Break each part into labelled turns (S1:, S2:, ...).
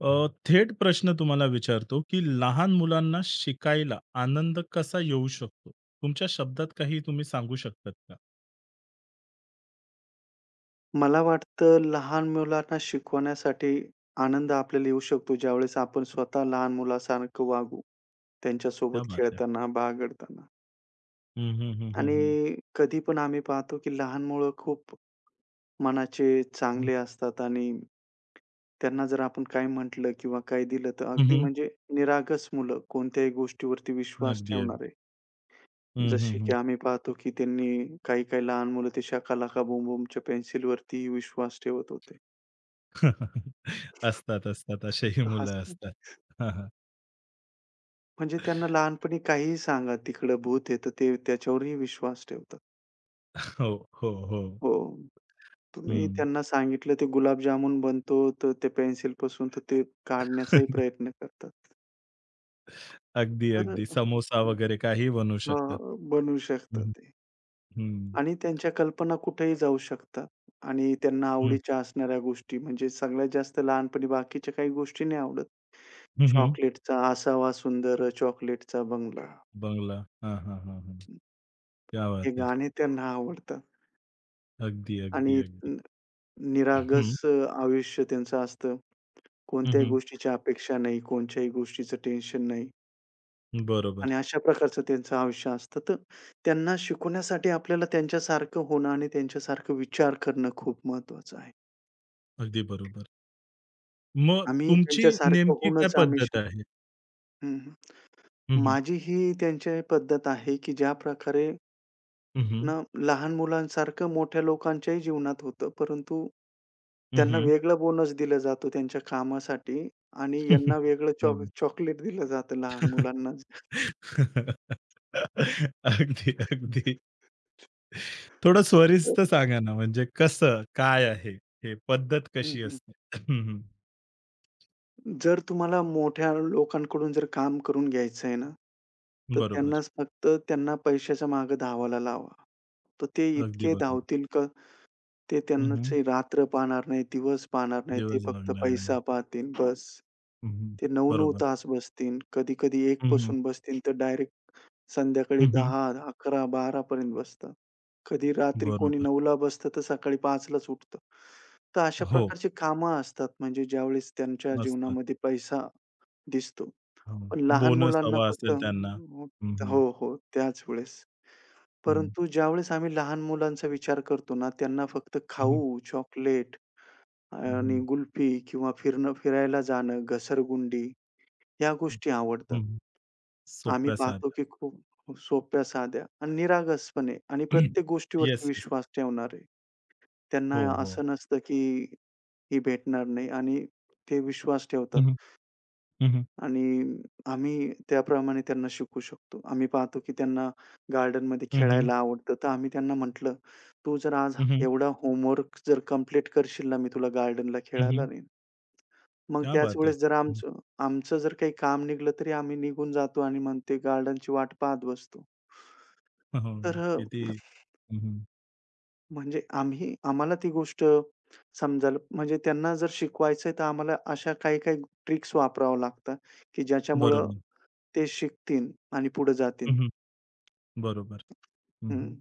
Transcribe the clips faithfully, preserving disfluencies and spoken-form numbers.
S1: अ, थेट प्रश्न तुम्हाला विचारतो, की लहान मुलांना शिकायला आनंद कसा येऊ शकतो? तुमच्या शब्दात काही तुम्ही सांगू शकतात का?
S2: मला वाटतं लहान मुलांना शिकवण्यासाठी आनंद आपल्याला येऊ शकतो ज्यावेळेस आपण स्वतः लहान मुलासारखं वागू.
S1: क्या
S2: त्यांच्यासोबत
S1: बात है!
S2: खेळताना, बागडताना
S1: हं, हं, हं, हं, हं.
S2: आणि कधी पण आम्ही पाहतो की लहान मुलं खूप मनाचे
S1: हं,
S2: चांगले असतात आणि त्यांना जर आपण काही म्हटलं किंवा काही दिलं तर अगदी
S1: हं,
S2: म्हणजे निरागस मुलं कोणत्याही गोष्टीवरती विश्वास
S1: अगदी,
S2: ठेवणारे.
S1: अगदी. हं, हं,
S2: जसे
S1: हं.
S2: की आम्ही पाहतो की त्यांनी काही-काही लहान मुलं ते शाका लाका बूम बूमच्या पेन्सिलवरतीही विश्वास ठेवत होते.
S1: असतात, असतात. असेही
S2: हास
S1: मुलं असतात. हां, हां.
S2: म्हणजे त्यांना लहानपणी काहीही सांगा, तिकडं भूत आहे, तर ते त्याच्यावरही विश्वास ठेवतात.
S1: हो, हो, हो.
S2: हो, तुम्ही
S1: हं.
S2: त्यांना सांगितलं ते गुलाबजामुन बनतो, तर ते पेन्सिलपासून तर ते काढण्याचाही प्रयत्न करतात.
S1: अगदी,
S2: तर
S1: अगदी. समोसा वगैरे काहीही बनवू
S2: हां,
S1: शकतात.
S2: बनवू
S1: हं, हं.
S2: शकतात ते
S1: हं,
S2: आणि त्यांच्या कल्पना कुठेही जाऊ शकतात आणि त्यांना आवडीच्या असणाऱ्या गोष्टी म्हणजे सगळ्यात जास्त लहानपणी बाकीच्या काही गोष्टी नाही आवडत.
S1: हं,
S2: चॉकलेटचा असावा सुंदर चॉकलेटचा बंगला.
S1: बंगला. हां, हां, हां, हां. क्या
S2: हे
S1: बात है!
S2: गाणे त्यांना आवडतात
S1: अगदी, अगदी,
S2: आणि
S1: अगदी.
S2: निरागस
S1: हं.
S2: अ, आयुष्य त्यांचं असतं. कोणत्याही
S1: हं,
S2: गोष्टीची अपेक्षा नाही, कोणत्याही गोष्टीचं टेन्शन नाही
S1: बरोबर.
S2: आणि अशा प्रकारचं त्यांचं आयुष्य असतं. तर त्यांना शिकवण्यासाठी आपल्याला त्यांच्यासारखं होणं आणि त्यांच्यासारखं विचार करणं खूप महत्वाचं आहे.
S1: अगदी बरोबर. मग
S2: आम्ही
S1: तुमची
S2: त्यांच्यासारखं
S1: नेमकी काय
S2: होऊनच आम्ही
S1: पद्धत
S2: शिकू.
S1: आहे?
S2: हं,
S1: हं, हं.
S2: माझी ही त्यांची पद्धत आहे, की ज्या प्रकारे
S1: हं, हं.
S2: ना, लहान मुलांसारखं मोठ्या लोकांच्याही जीवनात होतं, परंतु
S1: हं,
S2: त्यांना
S1: हं.
S2: वेगळं बोनस दिलं जातो त्यांच्या कामासाठी आणि यांना वेगळं चॉक
S1: अगदी,
S2: चॉकलेट दिलं जातं लहान मुलांना.
S1: अगदी. अगदी. थोडं स्वरिस्त सांगा ना, म्हणजे कसं? काय आहे? हे पद्धत
S2: हं,
S1: कशी
S2: हं.
S1: असते? हं, हं.
S2: जर तुम्हाला मोठ्या लोकांकडून जर काम करून घ्यायचं आहे ना, तर
S1: बरोबर.
S2: त्यांनाच फक्त त्यांना पैशाच्या मागे धावायला लावा. तर ते
S1: अगदी
S2: इतके
S1: बरोबर.
S2: धावतील का ते
S1: हं, हं.
S2: त्यांचे रात्र पाहणार नाही, दिवस पाहणार नाही. ते
S1: दिवस
S2: फक्त
S1: लागणार नाही.
S2: पैसा पाहतील बस.
S1: हं, हं.
S2: ते नऊ नऊ
S1: बरोबर.
S2: तास बसतील. कधी-कधी एक
S1: हं, हं.
S2: पासून बसतील, तर डायरेक्ट संध्याकाळी
S1: हं, हं.
S2: दहा अकरा, बारा पर्यंत बसतात. कधी रात्री कोणी
S1: बरोबर.
S2: नऊला बसतं, तर सकाळी पाचलाच उठतं. तर अशा
S1: हो.
S2: प्रकारची कामं असतात, म्हणजे ज्यावेळेस त्यांच्या
S1: असतात.
S2: जीवनामध्ये पैसा दिसतो.
S1: हो.
S2: पण लहान
S1: बोनस
S2: मुलांना
S1: हवा
S2: फक्त
S1: असेल त्यांना.
S2: हो, हो. त्याच वेळेस.
S1: हं.
S2: परंतु ज्यावेळेस आम्ही लहान मुलांचा विचार करतो ना, त्यांना फक्त
S1: हं, हं.
S2: खाऊ, चॉकलेट
S1: हं,
S2: आणि
S1: हं.
S2: कुल्फी किंवा फिरणं फिरायला जाणं, घसरगुंडी ह्या
S1: हं,
S2: गोष्टी आवडतात.
S1: हं.
S2: आम्ही
S1: सोप्या
S2: पाहतो
S1: साध्या.
S2: की खूप खूप सोप्या, साध्या आणि निरागसपणे आणि प्रत्येक गोष्टीवरती
S1: येस, येस.
S2: विश्वास ठेवणारे.
S1: हो,
S2: त्यांना
S1: हो.
S2: असं नसतं की ही भेटणार नाही आणि ते विश्वास
S1: हं,
S2: ठेवतात.
S1: हं. हं, हं.
S2: आणि आम्ही त्याप्रमाणे त्यांना शिकवू शकतो. आम्ही पाहतो की त्यांना गार्डनमध्ये
S1: हं, हं.
S2: खेळायला आवडतं, तर आम्ही त्यांना म्हटलं, "तू जर आज एवढा होमवर्क जर कंप्लीट करशील ना, मी तुला गार्डनला खेळायला नेईन." मग
S1: क्या
S2: त्याच
S1: बात है!
S2: वेळेस जर
S1: हं,
S2: आमचं आमचं जर काही काम निघालं, तरी आम्ही निघून जातो आणि मग ते गार्डनची वाट पाहत बसतो.
S1: हो.
S2: तर अ,
S1: किती हं,
S2: म्हणजे आम्ही आम्हाला ती गोष्ट समजायला म्हणजे त्यांना जर शिकवायचंय तर आम्हाला अशा काही-काही ट्रिक्स वापराव्या लागतात, की ज्याच्यामुळं
S1: बरोबर.
S2: ते शिकतील आणि पुढे जातील.
S1: हं, बरोबर.
S2: हं.
S1: हं.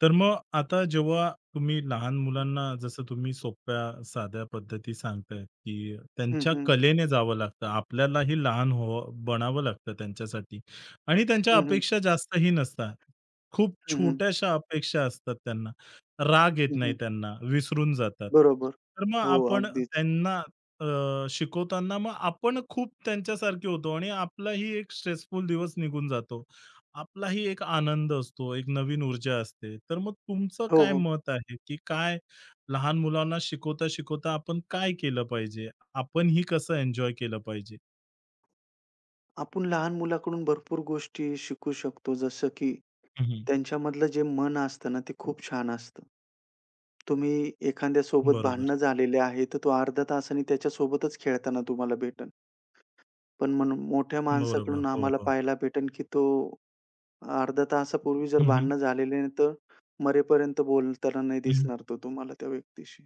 S1: तर मग आता जेव्हा तुम्ही लहान मुलांना जसं तुम्ही सोप्या, साध्या पद्धती सांगताय, की
S2: हं,
S1: त्यांच्या
S2: हं.
S1: कलेने जावं लागतं. आपल्यालाही लहान व्हावं बनावं लागतं त्यांच्यासाठी आणि त्यांच्या
S2: हं, हं.
S1: अपेक्षा जास्तही नसतात. खूप
S2: हं, हं.
S1: छोट्याशा अपेक्षा असतात त्यांना. राग येत
S2: हं,
S1: नाही
S2: हं.
S1: त्यांना, विसरून जातात.
S2: बरोबर.
S1: तर मग
S2: हो,
S1: आपण
S2: अगदीच.
S1: त्यांना अ, शिकवताना मग आपण खूप त्यांच्यासारखे होतो आणि आपलाही एक स्ट्रेसफुल दिवस निघून जातो. आपलाही एक आनंद असतो, एक नवीन ऊर्जा असते. तर मग तुमचं
S2: हो,
S1: काय
S2: हो.
S1: मत आहे, की काय लहान मुलांना शिकवता-शिकवता आपण काय केलं पाहिजे? आपणही कसं एन्जॉय केलं पाहिजे?
S2: आपण लहान मुलाकडून भरपूर गोष्टी शिकू शकतो. जसं की
S1: हं, हं.
S2: त्यांच्यामधलं जे मन असतं ना, ते खूप छान असतं. तुम्ही एखाद्यासोबत
S1: बरोबर,
S2: भांडणं झालेले आहे, तर तो अर्ध्या तासाने त्याच्यासोबतच खेळताना तुम्हाला भेटेल. पण म्हणून मोठ्या
S1: बरोबर.
S2: माणसाकडून
S1: हो,
S2: आम्हाला
S1: हो.
S2: पाहायला भेटेल, की तो अर्ध्या तासापूर्वी जर
S1: हं, हं.
S2: भांडणं झालेले आहे, तर मरेपर्यंत बोलताना नाही
S1: हं, हं.
S2: दिसणार तो तुम्हाला त्या व्यक्तीशी.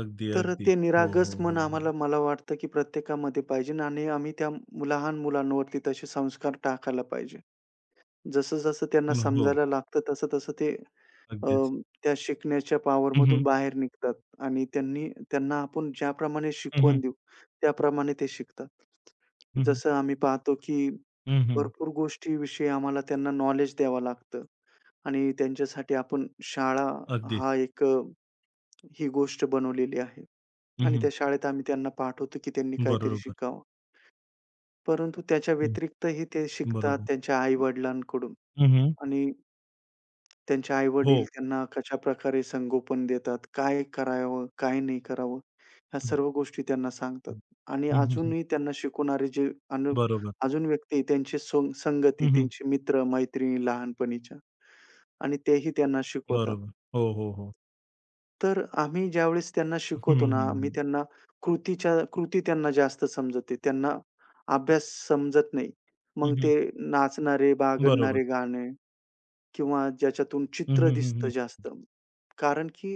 S1: अगदी,
S2: तर
S1: अगदी.
S2: ते
S1: हो,
S2: निरागस
S1: हो,
S2: मन
S1: हो, हो.
S2: आम्हाला मला वाटतं, की प्रत्येकामध्ये पाहिजे आणि आम्ही त्या मु- लहान मुलांवरती तसे संस्कार टाकायला पाहिजे. जसं-जसं त्यांना
S1: हं, हो.
S2: समजायला लागतं, तसं-तसं ते अ,
S1: अगदीच.
S2: त्या शिकण्याच्या
S1: हं,
S2: पॉवरमधून
S1: हं.
S2: बाहेर निघतात आणि त्यांनी त्यांना आपण ज्याप्रमाणे
S1: हं, हं.
S2: शिकवण देऊ, त्याप्रमाणे ते शिकतात.
S1: हं, हं.
S2: जसं आम्ही पाहतो, की भरपूर गोष्टीविषयी आम्हाला त्यांना नॉलेज द्यावं लागतं आणि त्यांच्यासाठी आपण शाळा हा एक अ, ही गोष्ट बनवलेली आहे आणि त्या शाळेत आम्ही त्यांना पाठवतो, की त्यांनी काहीतरी
S1: बरोबर,
S2: शिकावं. परंतु त्याच्या
S1: हं.
S2: व्यतिरिक्तही ते शिकतात
S1: बरोबर.
S2: त्यांच्या आई-वडिलांकडून.
S1: हं,
S2: आणि त्यांचे
S1: हो.
S2: आई-वडील त्यांना कशाप्रकारे संगोपन देतात, काय करावं, काय नाही करावं, ह्या
S1: हं,
S2: सर्व गोष्टी त्यांना सांगतात.
S1: हं.
S2: आणि अजूनही त्यांना शिकवणारे जे अनु
S1: बरोबर,
S2: अजून व्यक्ती आहे, त्यांची सोंग संगती,
S1: हं,
S2: त्यांचे मित्र-मैत्रिणी लहानपणीच्या आणि तेही त्यांना शिकवतात.
S1: बरोबर. हो, हो, हो.
S2: तर आम्ही ज्यावेळेस त्यांना
S1: हं,
S2: शिकवतो
S1: हं,
S2: ना, आम्ही
S1: हं.
S2: त्यांना कृतीच्या कृती त्यांना जास्त समजते. त्यांना अभ्यास समजत नाही. मग
S1: हं, हं.
S2: ते नाचणारे,
S1: बरोबर.
S2: बागडणारे गाणे किंवा ज्याच्यातून
S1: हं,
S2: चित्र
S1: हं, हं,
S2: दिसतं
S1: हं.
S2: जास्त. कारण की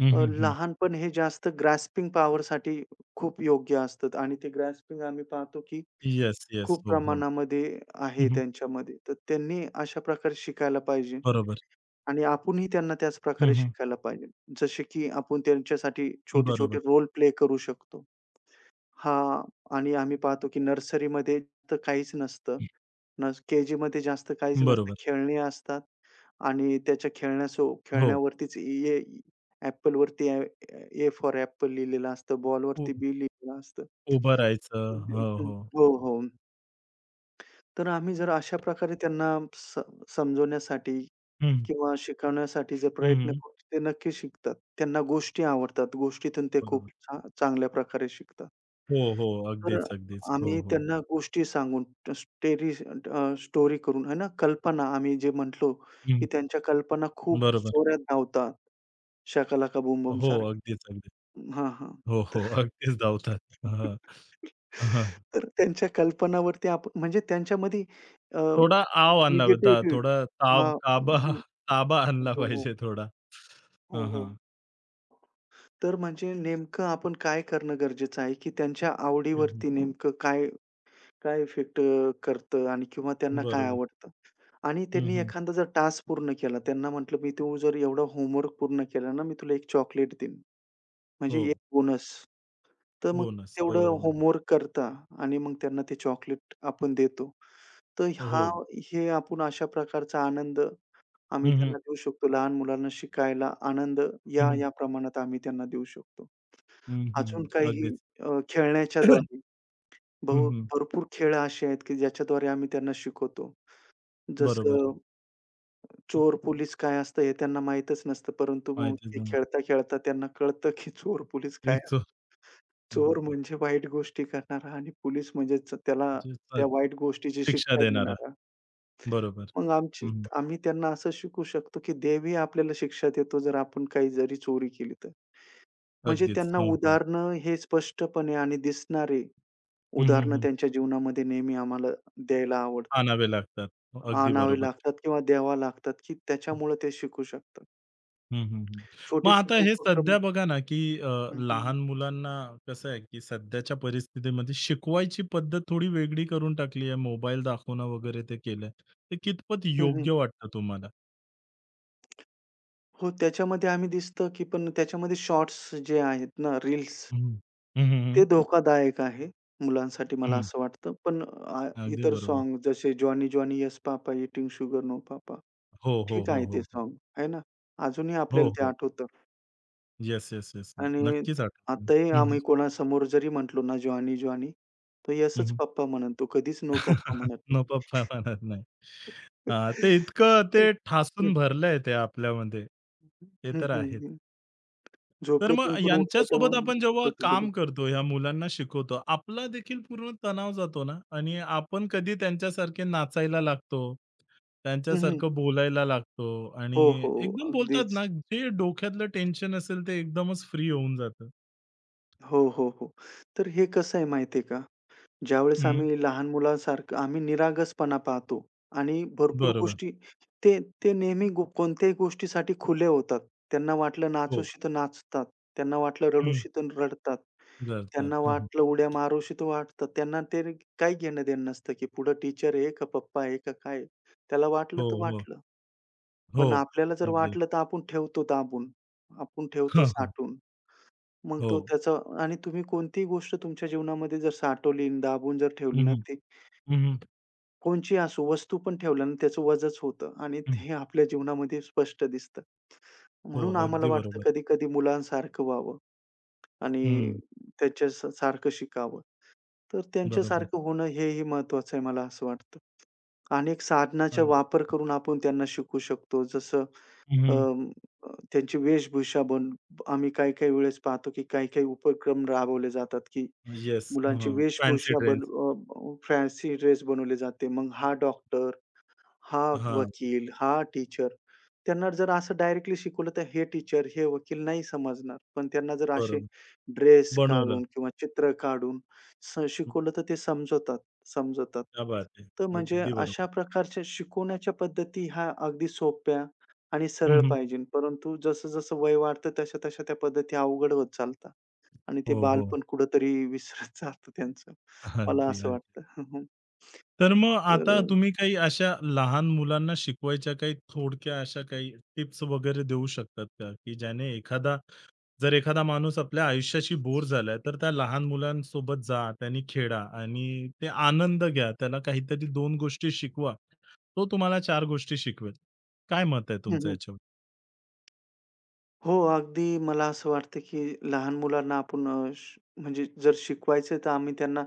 S1: हं,
S2: अ,
S1: हं, हं.
S2: लहानपण हे जास्त ग्रास्पिंग पॉवरसाठी खूप योग्य असतात आणि ते ग्रास्पिंग आम्ही पाहतो की
S1: येस, येस.
S2: खूप
S1: हो, हो.
S2: प्रमाणामध्ये आहे
S1: हं, हं.
S2: त्यांच्यामध्ये. तर त्यांनी अशा प्रकारे शिकायला पाहिजे
S1: बरोबर.
S2: आणि आपणही त्यांना त्याच
S1: हं,
S2: प्रकारे
S1: हं.
S2: शिकायला पाहिजे. जसे की आपण त्यांच्यासाठी
S1: बरोबर.
S2: छोटे-छोटे रोल प्ले करू शकतो. हां. आणि आम्ही पाहतो की नर्सरीमध्ये तर काहीच नसतं. नस के-जीमध्ये जास्त काहीच नसतं.
S1: बरोबर.
S2: खेळणी असतात आणि त्याच्या खेळण्यासो
S1: हो.
S2: खेळण्यावरतीच ए ॲपलवरती ए ए फॉर ॲपल लिहिलेलं असतं.
S1: हो.
S2: बॉलवरती बी लिहिलेलं असतं.
S1: उभं राहायचं. हो, हो.
S2: हो, हो. तर आम्ही जर अशा प्रकारे त्यांना स समजवण्यासाठी
S1: हं,
S2: किंवा शिकवण्यासाठी जर
S1: हं,
S2: प्रयत्न
S1: हं.
S2: करू, ते नक्की शिकतात. त्यांना गोष्टी आवडतात. गोष्टीतून ते
S1: बरोबर.
S2: खूप छा चांगल्या प्रकारे शिकतात.
S1: हो, हो.
S2: तर
S1: अगदीच, अगदीच. हो,
S2: आम्ही
S1: हो.
S2: त्यांना गोष्टी सांगून ट स्टेरी अ, स्टोरी करून आहे ना, कल्पना आम्ही जे म्हटलो,
S1: हं.
S2: की त्यांच्या कल्पना खूप
S1: बरोबर.
S2: जोरात धावतात. शाकालाका बूम-बूम
S1: हो, अगदीच,
S2: सारखे
S1: अगदीच.
S2: हां, हां.
S1: हो,
S2: तर
S1: हो. अगदीच धावतात. हां, हां.
S2: तर त्यांच्या कल्पनावरती आपण म्हणजे त्यांच्यामध्ये अ,
S1: थोडा आव आणला होता.
S2: निगेटिव्हिटी
S1: थोडा ताव
S2: हां,
S1: ताबा
S2: हं.
S1: ताबा आणला
S2: हो, हो.
S1: पाहिजे थोडा.
S2: हो,
S1: हां,
S2: हो.
S1: हां.
S2: तर म्हणजे नेमकं आपण काय करणं गरजेचं आहे, की त्यांच्या
S1: हं, हं.
S2: आवडीवरती नेमकं काय काय इफेक्ट करतं आणि किंवा त्यांना काय
S1: बरोबर.
S2: आवडतं? आणि
S1: हं,
S2: त्यांनी
S1: हं.
S2: एखादा जर टास्क पूर्ण केला, त्यांना म्हटलं, "मी तू जर एवढा होमवर्क पूर्ण केला ना, मी तुला एक चॉकलेट देईन." म्हणजे
S1: हो.
S2: एक बोनस. तर मग
S1: बोनस. हो,
S2: तेवढं
S1: हो.
S2: होमवर्क करता आणि मग त्यांना ते चॉकलेट आपण देतो. तर
S1: हो,
S2: हा
S1: हो.
S2: हे आपण अशा प्रकारचा आनंद आम्ही
S1: हं, हं.
S2: त्यांना देऊ शकतो. लहान मुलांना शिकायला आनंद या,
S1: हं, हं.
S2: या प्रमाणात आम्ही त्यांना देऊ शकतो.
S1: हं, हं.
S2: अजून काही
S1: अगदीच.
S2: अ, खेळण्याच्याद्वारे
S1: हं,
S2: बहु
S1: हं.
S2: भरपूर खेळ असे आहेत, की ज्याच्याद्वारे आम्ही त्यांना शिकवतो.
S1: बरोबर.
S2: जसं
S1: हं.
S2: चोर पोलीस काय असतं हे त्यांना माहीतच नसतं. परंतु मग
S1: माहितीच
S2: ते
S1: नाही.
S2: खेळता-खेळता त्यांना कळतं, की चोर पोलीस काय
S1: तेच
S2: असतं.
S1: हं, हं.
S2: चोर म्हणजे वाईट गोष्टी करणारा आणि पोलीस म्हणजे च त्याला
S1: जे स
S2: त्या वाईट गोष्टीची
S1: शिक्षा
S2: शिक्षा
S1: देणारा.
S2: देणारा.
S1: बरोबर.
S2: मग आमची
S1: हं, हं.
S2: आम्ही त्यांना असं शिकवू शकतो, की देवही आपल्याला शिक्षा देतो जर आपण काही जरी चोरी केली तर. म्हणजे
S1: अगदीच.
S2: त्यांना
S1: हो, हो.
S2: उदाहरणं हे स्पष्टपणे आणि दिसणारे
S1: हं, हं,
S2: उदाहरणं
S1: हं.
S2: त्यांच्या जीवनामध्ये नेहमी आम्हाला द्यायला आवडतं.
S1: आणावे लागतात. हो, अगदी
S2: आणावे
S1: बरोबर.
S2: लागतात किंवा द्यावा लागतात, की त्याच्यामुळे ते शिकू शकतात.
S1: हं, हं, हं. मग आता
S2: छोटे-छोटे
S1: हे
S2: उपक्रम
S1: सध्या बघा ना, की अ,
S2: हं, हं.
S1: लहान मुलांना कसं आहे, की सध्याच्या परिस्थितीमध्ये शिकवायची पद्धत थोडी वेगळी करून टाकली आहे. मोबाईल दाखवणं वगैरे ते केलंय. ते कितपत
S2: हं, हं.
S1: योग्य वाटतं तुम्हाला?
S2: हो, त्याच्यामध्ये आम्ही दिसतं, की पण त्याच्यामध्ये शॉर्ट्स जे आहेत ना, रील्स
S1: हं, हं. हं,
S2: ते धोकादायक आहे मुलांसाठी मला
S1: हं.
S2: असं वाटतं. पण अ,
S1: अगदी
S2: इतर
S1: बरोबर.
S2: सॉन्ग जसे Johnny Johnny yes papa eating sugar no papa.
S1: हो, हो,
S2: ठीक
S1: हो,
S2: आहे
S1: हो,
S2: ते
S1: हो.
S2: सॉन्ग, आहे ना. अजूनही
S1: हो,
S2: आपल्याला ते
S1: हो.
S2: आठवतं
S1: येस, येस, येस. येस.
S2: आणि
S1: नक्कीच आठवतं.
S2: आताही
S1: हं, हं.
S2: आम्ही कोणासमोर जरी म्हटलो ना, जॉनी जॉनी, तर
S1: हं,
S2: येसच
S1: हं.
S2: पप्पा म्हणेल तो कधीच नो पप्पा म्हणत नाही.
S1: नको प्रमाणात नाही. हां, ते इतकं ते ठासून भरलंय ते आपल्यामध्ये. ते
S2: हं,
S1: तर
S2: हं,
S1: आहेच.
S2: हं.
S1: तर मग
S2: झोपेतून पण उठला तर
S1: यांच्यासोबत
S2: मग
S1: आपण जेव्हा
S2: तसं बोलू.
S1: काम करतो, ह्या मुलांना शिकवतो, आपला देखील पूर्ण तणाव जातो ना आणि आपण कधी त्यांच्यासारखे नाचायला लागतो,
S2: हं, हं.
S1: त्यांच्यासारखं बोलायला लागतो
S2: हो,
S1: आणि
S2: हो.
S1: एकदम बोलतात ना,
S2: अगदीच.
S1: जे डोक्यातलं टेन्शन असेल ते एकदमच फ्री होऊन जातं.
S2: हो, हो, हो. तर हे कसं आहे माहिती आहे का, ज्यावेळेस
S1: हं,
S2: आम्ही लहान मुलासारखं आम्ही निरागसपणा पाहतो आणि भरपूर
S1: बरोबर.
S2: गोष्टी ते ते नेहमी गो कोणत्याही गोष्टीसाठी खुले होतात. त्यांना वाटलं
S1: हो.
S2: नाचूशी तर नाचतात. त्यांना वाटलं
S1: हं,
S2: रडूशी तर रडतात.
S1: जातात.
S2: त्यांना
S1: हं, हं.
S2: वाटलं उड्या मारूशी तर वाटतात. त्यांना ते काही घेणं-देणं नसतं, की पुढं टीचर आहे का पप्पा आहे का काय आहे. त्याला वाटलं
S1: हो,
S2: तर
S1: हो.
S2: वाटलं.
S1: हो.
S2: पण आपल्याला जर
S1: अगदी.
S2: वाटलं तर आपण ठेवतो दाबून. आपण ठेवतो
S1: हां, हां.
S2: साठवून. मग
S1: हो.
S2: तो त्याचा आणि तुम्ही कोणतीही गोष्ट तुमच्या जीवनामध्ये जर साठवली आणि दाबून जर ठेवली
S1: हं,
S2: ना,
S1: हं.
S2: ती
S1: हं, हं.
S2: कोणची असो वस्तू पण ठेवलं आणि त्याचं वजच होतं आणि
S1: हं.
S2: ते आपल्या जीवनामध्ये स्पष्ट दिसतं.
S1: हो,
S2: म्हणून आम्हाला
S1: अगदी
S2: वाटतं
S1: बरोबर.
S2: कधी-कधी मुलांसारखं व्हावं आणि
S1: हं,
S2: त्याच्या स सारखं शिकावं. तर
S1: बरोबर.
S2: त्यांच्यासारखं होणं हेही महत्वाचं आहे मला असं वाटतं. अनेक साधनाचा
S1: अगदी.
S2: वापर करून आपण त्यांना शिकवू शकतो. जसं
S1: हं, हं.
S2: अं, अ, त्यांची वेशभूषा बन आम्ही काही-काही वेळेस पाहतो, की काही-काही उपक्रम राबवले जातात, की
S1: येस.
S2: मुलांची
S1: हां, फॅन्सी
S2: वेशभूषा बन
S1: ड्रेस.
S2: अ, अ, फॅन्सी ड्रेस बनवले जाते. मग हा डॉक्टर, हा
S1: हां,
S2: वकील, हा टीचर त्यांना जर असं डायरेक्टली शिकवलं तर हे टीचर, हे वकील नाही समजणार. पण त्यांना जर असे
S1: बरोबर.
S2: ड्रेस
S1: बनवलं.
S2: काढून किंवा चित्र काढून स
S1: हं,
S2: शिकवलं तर ते समजवतात, समजवतात.
S1: क्या बात है!
S2: तर म्हणजे
S1: अगदी
S2: अशा
S1: बरोबर.
S2: प्रकारच्या शिकवण्याच्या पद्धती ह्या अगदी सोप्या आणि सरळ
S1: हं, हं.
S2: पाहिजेन. परंतु जसं-जसं वय वाढतं तशा-तशा त्या पद्धती अवघड होत चालतात आणि ते
S1: हो, हो.
S2: बालपण कुठेतरी विसरत जातं त्यांचं. मला
S1: अगदी,
S2: असं
S1: अगदी.
S2: वाटतं.
S1: तर मग आता तुम्ही काही अशा लहान मुलांना शिकवायच्या काही थोडक्या अशा काही टिप्स वगैरे देऊ शकतात का? की ज्याने एखादा जर एखादा माणूस आपल्या आयुष्याशी बोर झालाय, तर त्या लहान मुलांसोबत जा, त्यांनी खेळा आणि ते आनंद घ्या. त्याला काहीतरी दोन गोष्टी शिकवा. तो तुम्हाला चार गोष्टी शिकवेल. काय मत आहे तुमचं याच्यावर?
S2: हो, अगदी मला असं वाटतं, की लहान मुलांना आपण अ, श म्हणजे जर शिकवायचं आहे, तर आम्ही त्यांना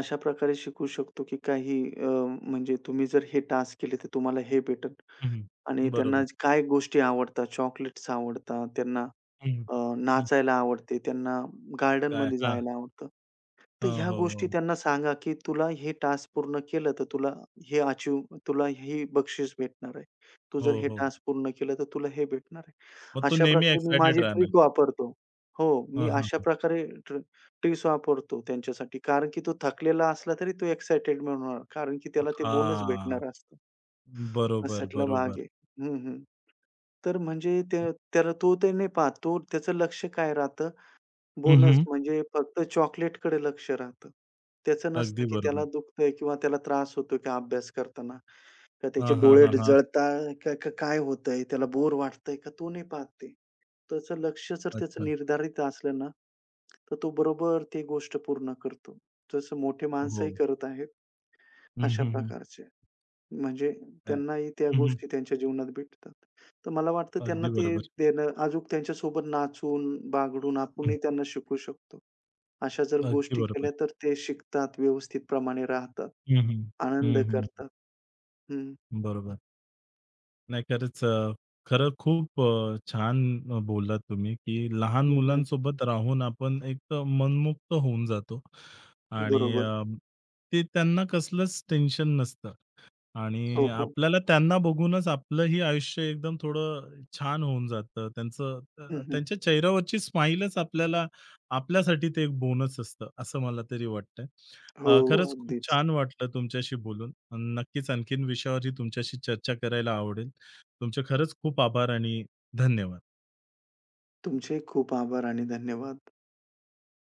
S2: अशा प्रकारे शिकवू शकतो, की काही अ, म्हणजे तुम्ही जर हे टास्क केले, तर तुम्हाला हे भेटेल
S1: हं,
S2: आणि
S1: हं. बरोबर.
S2: त्यांना काय गोष्टी आवडतात, चॉकलेट्स आवडतात, त्यांना
S1: हं, हं.
S2: अ,
S1: हं,
S2: नाचायला आवडते, त्यांना
S1: काय?
S2: गार्डनमध्ये
S1: हां.
S2: जायला आवडतं. तर
S1: हो,
S2: ह्या
S1: हो,
S2: गोष्टी
S1: हो.
S2: त्यांना सांगा, की तुला हे टास्क पूर्ण केलं, तर तुला हे अचीव तुला ही बक्षीस भेटणार आहे. तू
S1: हो,
S2: जर हे
S1: हो.
S2: टास्क पूर्ण केलं, तर तुला हे भेटणार आहे.
S1: मग तो
S2: अशा
S1: नेहमी
S2: प्रकारे मी
S1: एक्सायटेड
S2: माझी
S1: राहणार.
S2: ट्रिक वापरतो. हो, मी
S1: हां,
S2: अशा
S1: हां.
S2: प्रकारे ट्र ट्रिक्स वापरतो त्यांच्यासाठी. कारण की तो थकलेला असला तरी तो एक्साइटेड होणार. कारण की त्याला ते बोनस
S1: हां.
S2: भेटणार असतं.
S1: बरोबर,
S2: अशातला भाग
S1: बरोबर.
S2: आहे. हं, हं. तर म्हणजे त्या त्याला तो ते नाही पाहत. तो त्याचं लक्ष काय राहतं
S1: हं,
S2: बोनस
S1: हं.
S2: म्हणजे फक्त चॉकलेटकडे लक्ष राहतं. त्याचं नसतं,
S1: अगदी
S2: की त्याला
S1: बरोबर.
S2: दुखतंय किंवा त्याला त्रास होतो का अभ्यास करताना? का
S1: हां,
S2: त्याचे
S1: हां,
S2: डोळे
S1: हां, हां.
S2: जळतात का का काय होतंय? त्याला बोर वाटतंय का? तो नाही पाहत ते. त्याचं लक्ष जर
S1: अच्छा.
S2: त्याचं निर्धारित असलं ना, तर तो बरोबर ती गोष्ट पूर्ण करतो. जसं मोठे
S1: हो.
S2: माणसंही करत आहेत,
S1: हं,
S2: अशा
S1: हं, हं.
S2: प्रकारचे. म्हणजे
S1: अ,
S2: त्यांनाही त्या
S1: हं, हं.
S2: गोष्टी त्यांच्या जीवनात भेटतात. तर मला वाटतं त्यांना
S1: अगदी
S2: नक्कीच.
S1: बरोबर.
S2: ते देणं अजून त्यांच्यासोबत नाचून, बागडून
S1: हं.
S2: आपणही त्यांना शिकवू शकतो. अशा जर
S1: अगदी
S2: गोष्टी
S1: बरोबर.
S2: केल्या तर ते शिकतात, व्यवस्थित प्रमाणे राहतात,
S1: हं, हं.
S2: आनंद
S1: हं, हं.
S2: करतात. हं,
S1: बरोबर. नाही खरंच अ, खरं खूप अ, छान अ, बोललात तुम्ही, की लहान
S2: हं, हं.
S1: मुलांसोबत राहून आपण एक अ, मनमुक्त होऊन जातो आणि
S2: बरोबर.
S1: अ, ते त्यांना कसलंच टेन्शन नसतं. आणि
S2: हो, हो.
S1: आपल्याला त्यांना बघूनच आपलंही आयुष्य एकदम थोडं छान होऊन जातं. त्यांचं
S2: हं,
S1: अ,
S2: हं.
S1: त्यांच्या चेहऱ्यावरची स्माईलच आपल्याला आपल्यासाठी ते एक बोनस असतं, असं मला तरी वाटतंय.
S2: हो,
S1: अ,
S2: हो.
S1: खरंच खूप
S2: अगदीच.
S1: छान वाटलं तुमच्याशी बोलून. अन् नक्कीच आणखीन विषयावरही तुमच्याशी चर्चा करायला आवडेल. तुमचे खरंच खूप आभार आणि धन्यवाद.
S2: तुमचेही खूप आभार आणि धन्यवाद.